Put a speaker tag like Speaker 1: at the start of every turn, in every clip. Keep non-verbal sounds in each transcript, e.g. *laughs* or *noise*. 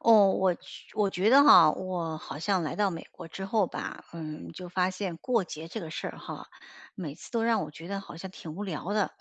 Speaker 1: 哦，我觉得哈，我好像来到美国之后吧，就发现过节这个事儿哈，每次都让我觉得好像挺无聊的。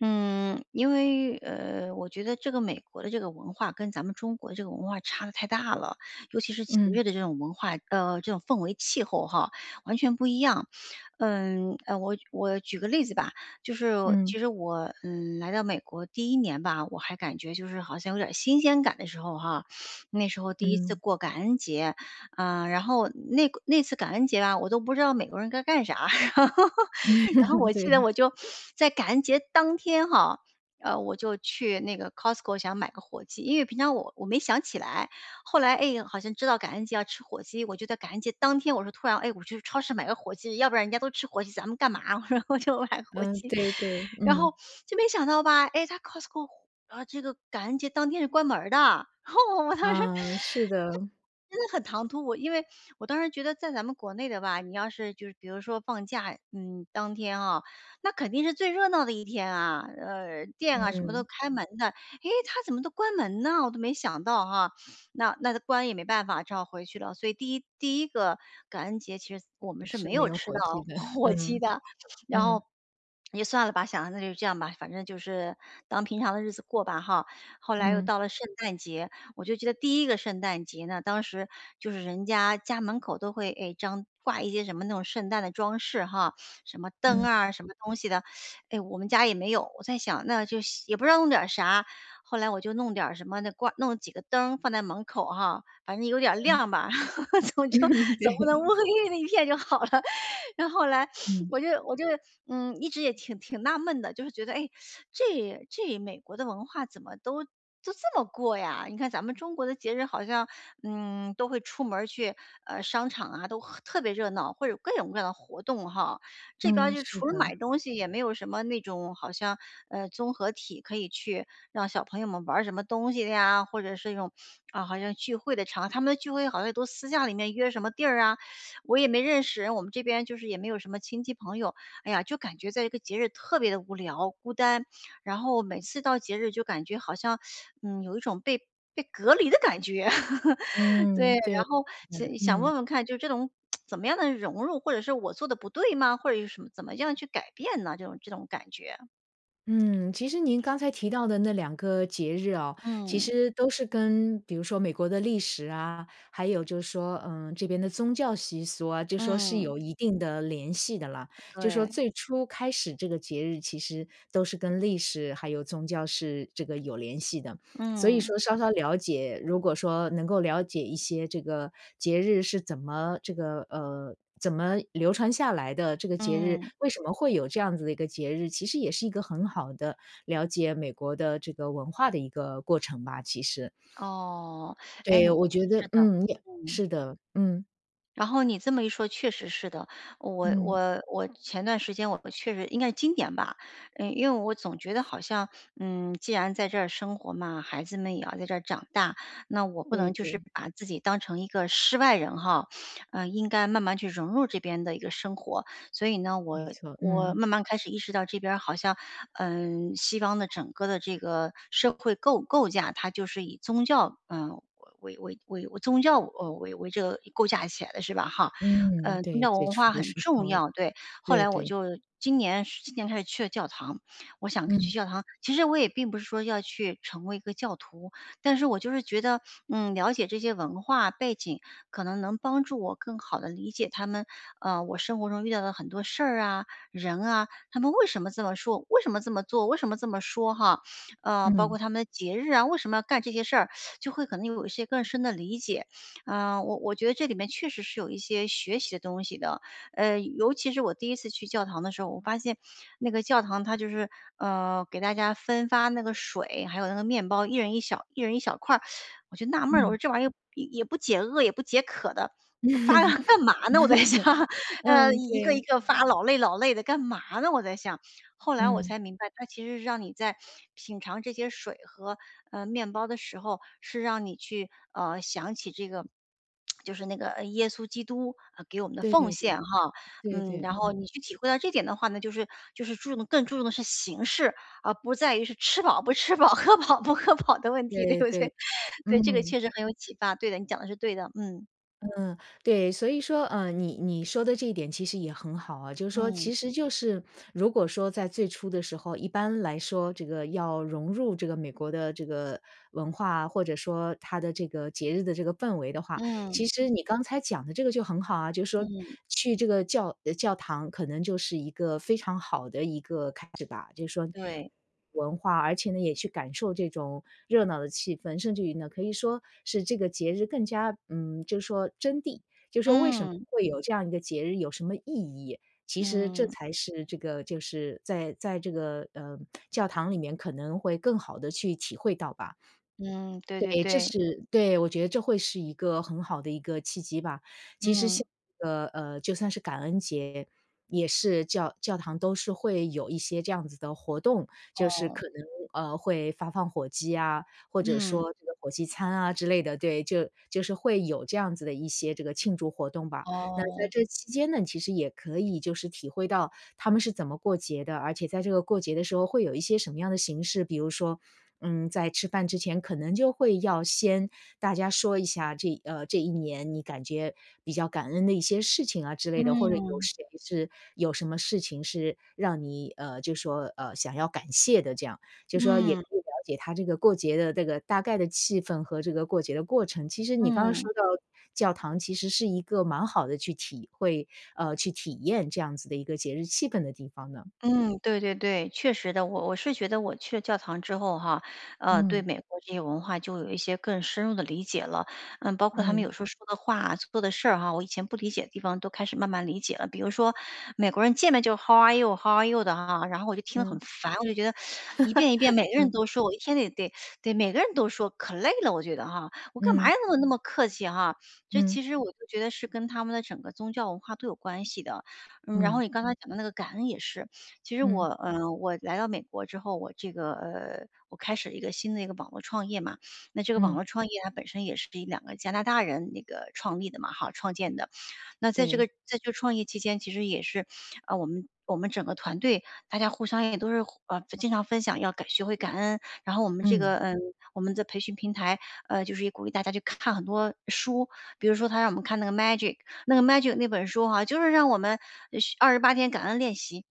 Speaker 1: 因为，我觉得这个美国的这个文化跟咱们中国的这个文化差的太大了，尤其是节
Speaker 2: 嗯
Speaker 1: 日的这种文化，这种氛围气候哈，完全不一样。我举个例子吧，就是
Speaker 2: 嗯
Speaker 1: 其实我，来到美国第一年吧，我还感觉就是好像有点新鲜感的时候哈，那时候第一次
Speaker 2: 嗯，
Speaker 1: 过感恩节。然后那次感恩节吧，我都不知道美国人该干啥，*laughs* 然后然后
Speaker 2: *laughs*
Speaker 1: 我记得
Speaker 2: 对，
Speaker 1: 我就在感恩节当天哈，我就去那个 Costco 想买个火鸡，因为平常我没想起来。后来，哎，好像知道感恩节要吃火鸡，我就在感恩节当天，我说突然，哎，我去超市买个火鸡，要不然人家都吃火鸡，咱们干嘛？*laughs* 我说我就买个火
Speaker 2: 嗯，
Speaker 1: 鸡。
Speaker 2: 对对，
Speaker 1: 然后
Speaker 2: 嗯，
Speaker 1: 就没想到吧，哎，他 Costco 啊，这个感恩节当天是关门儿的。*laughs* 然后我当时，
Speaker 2: 嗯，是的，
Speaker 1: 真的很唐突，我因为我当时觉得在咱们国内的吧，你要是就是比如说放假，当天啊，那肯定是最热闹的一天啊，店啊什么都
Speaker 2: 嗯，
Speaker 1: 开门的。诶，他怎么都关门呢？我都没想到哈，那关也没办法，只好回去了。所以第一个感恩节，其实我们是
Speaker 2: 是
Speaker 1: 没
Speaker 2: 没
Speaker 1: 有
Speaker 2: 有
Speaker 1: 吃到
Speaker 2: 火气的，
Speaker 1: *laughs* 火鸡
Speaker 2: 嗯
Speaker 1: 的。然
Speaker 2: 嗯
Speaker 1: 后也算了吧，想那就这样吧，反正就是当平常的日子过吧哈。后来又
Speaker 2: 嗯
Speaker 1: 到了圣诞节。我就记得第一个圣诞节呢，当时就是人家家门口都会张挂一些什么那种圣诞的装饰哈，什么灯
Speaker 2: 嗯
Speaker 1: 啊，什么东西的。哎，我们家也没有。我在想，那就也不知道弄点儿啥，后来我就弄点儿什么那挂，弄几个灯放在门口哈，反正有点儿
Speaker 2: 嗯，
Speaker 1: 亮吧，*laughs* 总就
Speaker 2: *laughs* 对，
Speaker 1: 总不能乌黑黑的一片就好了。*laughs* 然后后来
Speaker 2: 嗯
Speaker 1: 我就一直也挺纳闷的，就是觉得，哎，这美国的文化怎么都这么过呀？你看咱们中国的节日好像，都会出门儿去，商场啊，都很特别热闹，或者各种各样的活动哈。这边儿
Speaker 2: 嗯，
Speaker 1: 就
Speaker 2: 是
Speaker 1: 除了
Speaker 2: 的，
Speaker 1: 买东西，也没有什么那种好像，综合体可以去让小朋友们玩儿什么东西的呀，或者是一种啊，好像聚会的场合他们的聚会好像都私下里面约什么地儿啊。我也没认识人，我们这边就是也没有什么亲戚朋友，哎呀，就感觉在一个节日特别的无聊、孤单。然后每次到节日就感觉好像，有一种被隔离的感觉。*laughs* 对。
Speaker 2: 嗯，对，
Speaker 1: 然后想想
Speaker 2: 嗯。
Speaker 1: 问问看，就这种怎么样的融入，或者是我做的不对吗？或者有什么怎么样去改变呢？这种感觉。
Speaker 2: 嗯，其实您刚才提到的那两个节日哦，其
Speaker 1: 嗯
Speaker 2: 实都是跟比如说美国的历史啊，还有就是说，这边的宗教习俗啊，就说是
Speaker 1: 嗯，
Speaker 2: 有一定的联系的啦。就说
Speaker 1: 对，
Speaker 2: 最初开始这个节日，其实都是跟历史还有宗教是这个有联系的。所以
Speaker 1: 嗯
Speaker 2: 说稍稍了解，如果说能够了解一些这个节日是怎么怎么流传下来的，这个节日
Speaker 1: 嗯，
Speaker 2: 为什么会有这样子的一个节日，其实也是一个很好的了解美国的这个文化的一个过程吧，其实。
Speaker 1: 哦，哎，
Speaker 2: 对，
Speaker 1: 你
Speaker 2: 我觉得
Speaker 1: 是的，
Speaker 2: 嗯，也
Speaker 1: 嗯。
Speaker 2: 是的，嗯，
Speaker 1: 然后你这么一说，确实是的。我
Speaker 2: 嗯，
Speaker 1: 我我前段时间我确实应该是今年吧，因为我总觉得好像，既然在这儿生活嘛，孩子们也要在这儿长大，那我不
Speaker 2: 对
Speaker 1: 能就是
Speaker 2: 对，
Speaker 1: 把自己当成一个世外人哈。应该慢慢去融入这边的一个生活。所以呢，
Speaker 2: 没
Speaker 1: 我。
Speaker 2: 错，
Speaker 1: 我
Speaker 2: 嗯，
Speaker 1: 慢慢开始意识到，这边儿好像，西方的整个的这个社会构架，它就是以宗教，为宗教为这个构架起来的是吧？哈，
Speaker 2: 嗯，
Speaker 1: 宗
Speaker 2: 对，
Speaker 1: 教
Speaker 2: 最
Speaker 1: 文
Speaker 2: 初
Speaker 1: 化
Speaker 2: 的
Speaker 1: 很
Speaker 2: 时
Speaker 1: 重
Speaker 2: 候，
Speaker 1: 要，对。后
Speaker 2: 对
Speaker 1: 来我
Speaker 2: 对，
Speaker 1: 就今年开始去了教堂。我想去
Speaker 2: 嗯，
Speaker 1: 教堂。其实我也并不是说要去成为一个教徒，但是我就是觉得，了解这些文化背景，可能能帮助我更好的理解他们。我生活中遇到的很多事儿啊、人啊，他们为什么这么说，为什么这么做，为什么这么说哈。包括
Speaker 2: 嗯，
Speaker 1: 他们的节日啊，为什么要干这些事儿，就会可能有一些更深的理解。我觉得这里面确实是有一些学习的东西的。尤其是我第一次去教堂的时候，我发现那个教堂它就是给大家分发那个水，还有那个面包，一人一小块儿，我就纳闷儿了，我说
Speaker 2: 嗯
Speaker 1: 这玩意儿也不解饿，也不解渴的。发 *laughs*
Speaker 2: *laughs*，
Speaker 1: 干嘛呢？我在想。*laughs*
Speaker 2: 嗯，*laughs*
Speaker 1: 一个一
Speaker 2: 对，
Speaker 1: 个发，老累老累的，干嘛呢？我在想。后来我
Speaker 2: 嗯，
Speaker 1: 才明白，它其实是让你在品尝这些水和面包的时候，是让你去想起这个，就是那个耶稣基督啊给我们的
Speaker 2: 对
Speaker 1: 奉
Speaker 2: 对
Speaker 1: 献
Speaker 2: 对，
Speaker 1: 哈。
Speaker 2: 对对。
Speaker 1: 然后你去体会到这点的话呢，就是更注重的是形式，而不在于是吃饱不吃饱、*laughs* 喝饱不喝饱的问题，对
Speaker 2: 对
Speaker 1: 不
Speaker 2: 对，
Speaker 1: 对？*laughs* 对，这个
Speaker 2: 嗯
Speaker 1: 确实很有启发。对的，你讲的是对的，嗯
Speaker 2: 嗯，对，所以说，你说的这一点其实也很好啊，就是说，
Speaker 1: 嗯
Speaker 2: 其实就是如果说在最初的时候，一般来说，这个要融入这个美国的这个文化，或者说它的这个节日的这个氛围的话，其
Speaker 1: 嗯
Speaker 2: 实你刚才讲的这个就很好啊，就是说
Speaker 1: 嗯，
Speaker 2: 去这个教堂可能就是一个非常好的一个开始吧，就是说
Speaker 1: 对，
Speaker 2: 文化，而且呢也去感受这种热闹的气氛，甚至于呢可以说是这个节日更加就是说真谛，就是说为什么
Speaker 1: 嗯
Speaker 2: 会有这样一个节日，有什么意义？其实这
Speaker 1: 嗯
Speaker 2: 才是这个，就是在这个教堂里面可能会更好的去体会到吧。
Speaker 1: 嗯，对对
Speaker 2: 对，这
Speaker 1: 对，
Speaker 2: 是对，我觉得这会是一个很好的一个契机吧。其实
Speaker 1: 嗯。
Speaker 2: 像就算是感恩节，也是教堂都是会有一些这样子的活动，就是
Speaker 1: 哦，
Speaker 2: 可能会发放火鸡啊，或者
Speaker 1: 嗯，
Speaker 2: 说这个火鸡餐啊之类的，对，就是会有这样子的一些这个庆祝活动吧。那在
Speaker 1: 哦，
Speaker 2: 这期间呢，其实也可以就是体会到他们是怎么过节的，而且在这个过节的时候会有一些什么样的形式，比如说在吃饭之前可能就会要先大家说一下这一年你感觉比较感恩的一些事情啊之类的，或者有
Speaker 1: 嗯，
Speaker 2: 谁是有什么事情是让你，就说，想要感谢的这样。就说也
Speaker 1: 嗯，
Speaker 2: 可以了解他这个过节的这个大概的气氛和这个过节的过程。其实你刚刚
Speaker 1: 嗯。
Speaker 2: 说到教堂其实是一个蛮好的去去体验这样子的一个节日气氛的地方呢。
Speaker 1: 嗯，对对对，确实的。我是觉得我去了教堂之后哈，对
Speaker 2: 嗯，
Speaker 1: 美国这些文化就有一些更深入的理解了。包括他们
Speaker 2: 嗯，
Speaker 1: 有时候说的话、做的事儿哈，我以前不理解的地方都开始慢慢理解了。比如说美国人见面就 How are you? How are you 的哈，然后我就听得很
Speaker 2: 嗯。
Speaker 1: 烦，我就觉得一遍一遍每个人
Speaker 2: 嗯，
Speaker 1: 都说，我一天得每个人都说，可累了。我觉得哈，我干嘛
Speaker 2: 嗯，
Speaker 1: 要那么那么客气哈？这
Speaker 2: 嗯，
Speaker 1: 其实我就觉得是跟他们的整个宗教文化都有关系的。然后
Speaker 2: 嗯。
Speaker 1: 你刚才讲的那个感恩也是。其实我，
Speaker 2: 嗯
Speaker 1: 我来到美国之后，我这个，我开始了一个新的一个网络创业嘛。那这个网
Speaker 2: 嗯，
Speaker 1: 络创业它本身也是一两个加拿大人那个创立的嘛，哈，创建的。那在这个
Speaker 2: 对。
Speaker 1: 在这个创业期间，其实也是。啊，我们整个团队大家互相也都是经常分享要学会感恩。然后我们这
Speaker 2: 嗯
Speaker 1: 个，我们的培训平台，就是也鼓励大家去看很多书，比如说他让我们看那个《Magic》那本书哈，就是让我们28天感恩练习。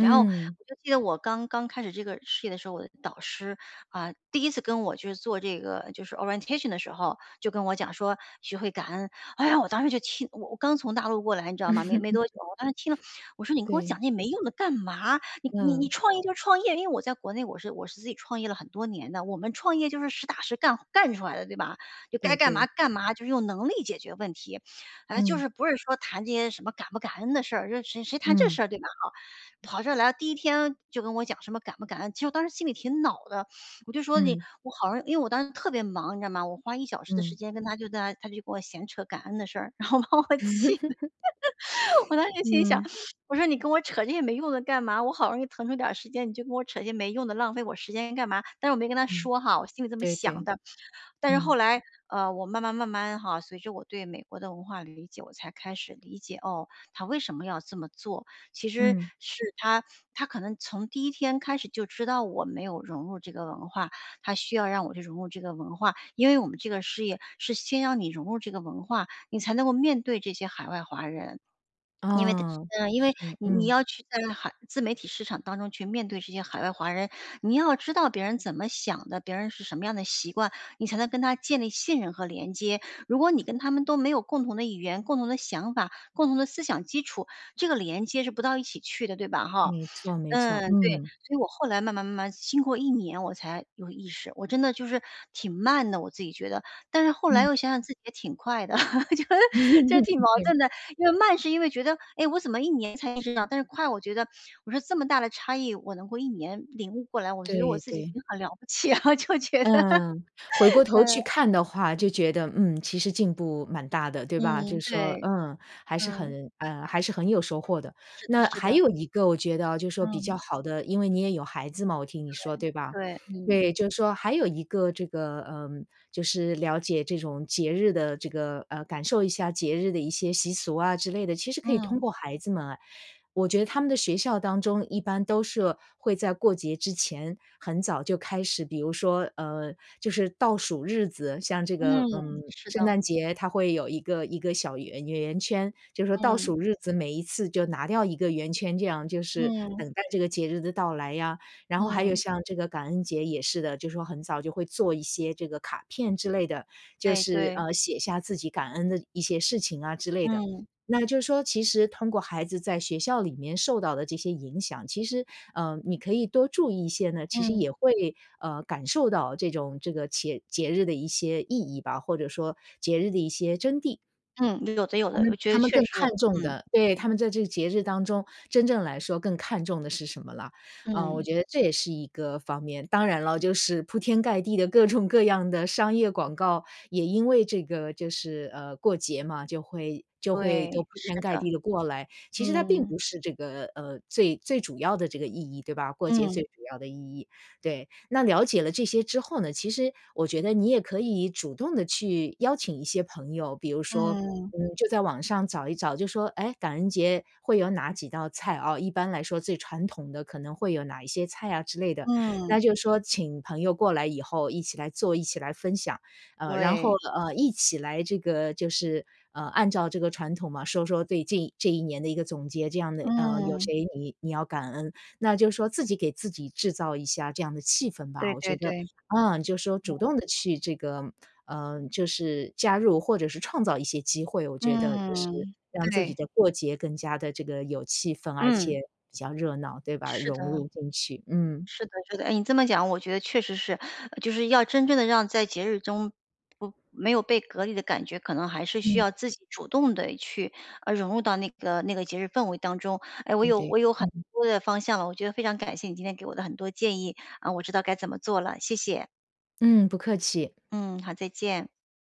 Speaker 1: 然后我就记得我刚刚开始这个事业的时候，我的导师啊，第一次跟我就是做这个就是 orientation 的时候，就跟我讲说学会感恩。哎呀，我当时就听我刚从大陆过来，你知道吗？没多久，我当时听了，我说你跟我
Speaker 2: 对，
Speaker 1: 讲那没用的干嘛？你
Speaker 2: 嗯，
Speaker 1: 创业就创业，因为我在国内我是自己创业了很多年的，我们创业就是实打实干干出来的，对吧？就该
Speaker 2: 对
Speaker 1: 干
Speaker 2: 对。
Speaker 1: 嘛干嘛，就是用能力解决问题，哎，就
Speaker 2: 嗯
Speaker 1: 是不是说谈这些什么感不感恩的事儿，就谁谈这
Speaker 2: 嗯
Speaker 1: 事儿对吧？跑这儿来了第一天就跟我讲什么感不感恩，其实我当时心里挺恼的，我就说你
Speaker 2: 嗯
Speaker 1: 我好容易因为我当时特别忙，你知道吗？我花一小时的时
Speaker 2: 嗯
Speaker 1: 间跟他就在那他就跟我闲扯感恩的事儿，然后把我 *laughs* 气的，*laughs* 我当时心想，
Speaker 2: 嗯，
Speaker 1: 我说："你跟我扯这些没用的干嘛？我好容易腾出点儿时间，你就跟我扯这些没用的，浪费我时间干嘛？"但是我没跟他
Speaker 2: 嗯，
Speaker 1: 说哈，我心里这么
Speaker 2: 对
Speaker 1: 想
Speaker 2: 对。
Speaker 1: 的。但是后
Speaker 2: 嗯
Speaker 1: 来，我慢慢慢慢哈，随着我对美国的文化理解，我才开始理解哦，他为什么要这么做。其实
Speaker 2: 嗯，
Speaker 1: 是他可能从第一天开始就知道我没有融入这个文化，他需要让我去融入这个文化，因为我们这个事业是先让你融入这个文化，你才能够面对这些海外华人。因为
Speaker 2: 啊，
Speaker 1: 嗯，因为
Speaker 2: 是，
Speaker 1: 你你
Speaker 2: 嗯。
Speaker 1: 要去在海自媒体市场当中去面对这些海外华人，你要知道别人怎么想的，别人是什么样的习惯，你才能跟他建立信任和连接。如果你跟他们都没有共同的语言、共同的想法、共同的思想基础，这个连接是不到一起去的，对吧？哈。
Speaker 2: 没错没
Speaker 1: 嗯，
Speaker 2: 错，
Speaker 1: 对，
Speaker 2: 嗯，
Speaker 1: 所以我后来慢慢慢慢经过一年，我才有意识，我真的就是挺慢的，我自己觉得，但是后来
Speaker 2: 嗯。
Speaker 1: 又想想自己也挺快的，*laughs* 就就挺矛
Speaker 2: *laughs* 对。
Speaker 1: 盾的。因为慢是因为觉得，哎，我怎么一年才意识道，但是快，我觉得我说这么大的差异，我能够一年领悟过来，我觉得我
Speaker 2: 对
Speaker 1: 自己已
Speaker 2: 对，
Speaker 1: 经很了不起了，*laughs* 就觉得，*laughs*
Speaker 2: 嗯，回过头去看的话，就觉得，其实进步蛮大的，对吧？
Speaker 1: 嗯，
Speaker 2: 就是说，
Speaker 1: 对，
Speaker 2: 还是
Speaker 1: 嗯，
Speaker 2: 很呃，还是很有收获的。
Speaker 1: 是的，
Speaker 2: 那
Speaker 1: 是
Speaker 2: 还
Speaker 1: 的，
Speaker 2: 有一个我觉得啊就是说比
Speaker 1: 嗯，
Speaker 2: 较好的因为你也有孩子嘛，我听你说，对吧？
Speaker 1: 对，嗯，
Speaker 2: 对，就是说还有一个这个，就是了解这种节日的这个，感受一下节日的一些习俗啊之类的，其实可以通
Speaker 1: 嗯，
Speaker 2: 过孩子们啊。我觉得他们的学校当中一般都是会在过节之前很早就开始，比如说，就是倒数日子，像这个，
Speaker 1: 嗯，是
Speaker 2: 圣
Speaker 1: 的，
Speaker 2: 诞节它会有一个一个小圆圈，就是说倒
Speaker 1: 嗯，
Speaker 2: 数日子每一次就拿掉一个圆圈，这样就是
Speaker 1: 嗯，
Speaker 2: 等待这个节日的到来呀。然后还有
Speaker 1: 嗯，
Speaker 2: 像这个感恩节也是的，就说很早就会做一些这个卡片之类的，就
Speaker 1: 哎，
Speaker 2: 是
Speaker 1: 对，
Speaker 2: 写下自己感恩的一些事情啊之类的。
Speaker 1: 嗯，
Speaker 2: 那就是说，其实通过孩子在学校里面受到的这些影响，其实你可以多注意一些呢，其实
Speaker 1: 嗯，
Speaker 2: 也会感受到这种这个节日的一些意义吧，或者说节日的一些真谛。
Speaker 1: 嗯，有的，有的，我觉
Speaker 2: 他
Speaker 1: 得
Speaker 2: 们
Speaker 1: 确
Speaker 2: 更
Speaker 1: 实有，
Speaker 2: 看重
Speaker 1: 嗯，
Speaker 2: 的对，他们在这个节日当中，真正来说更看重的是什么了。我
Speaker 1: 嗯，
Speaker 2: 觉得这也是一个方面。当然了，就是铺天盖地的各种各样的商业广告，也因为这个就是，过节嘛，就会都
Speaker 1: 对，
Speaker 2: 铺
Speaker 1: 是
Speaker 2: 天盖
Speaker 1: 的，
Speaker 2: 地的过来。其实它并
Speaker 1: 嗯，
Speaker 2: 不是这个，最最主要的这个意义，对吧？过节最
Speaker 1: 嗯，
Speaker 2: 主要的意义，对。那了解了这些之后呢，其实我觉得你也可以主动的去邀请一些朋友，比如说，
Speaker 1: 嗯，
Speaker 2: 就在网上找一找，就说，哎，感恩节会有哪几道菜啊，一般来说最传统的可能会有哪一些菜啊之类的。那
Speaker 1: 嗯，
Speaker 2: 就说请朋友过来以后一起来做，一起来分享，然后，
Speaker 1: 对，
Speaker 2: 一起来这个就是，按照这个传统嘛，说说对这一年的一个总结，这样的，有
Speaker 1: 嗯，
Speaker 2: 谁你要感恩。那就是说自己给自己制造一下这样的气氛
Speaker 1: 对
Speaker 2: 吧，我
Speaker 1: 对
Speaker 2: 觉得，
Speaker 1: 对。
Speaker 2: 就是说主动的去这个，就是加入或者是创造一些机会，我觉得就是
Speaker 1: 嗯，
Speaker 2: 让自己
Speaker 1: 对，
Speaker 2: 的过节更加的这个有气氛，而
Speaker 1: 嗯，
Speaker 2: 且比较热闹，对吧？
Speaker 1: 是
Speaker 2: 融
Speaker 1: 的，
Speaker 2: 入进去，嗯，
Speaker 1: 是的，是的。哎，你这么讲，我觉得确实是，就是要真正的让在节日中不没有被隔离的感觉，可能还是需
Speaker 2: 嗯，
Speaker 1: 要自己主动的去，融入到那个节日氛围当中。哎，我
Speaker 2: 对
Speaker 1: 有
Speaker 2: 对，
Speaker 1: 我有很
Speaker 2: 嗯，
Speaker 1: 多的方向了，我觉得非常感谢你今天给我的很多建议，啊，我知道该怎么做了，谢谢。
Speaker 2: 嗯，不客气。
Speaker 1: 嗯，好，再见。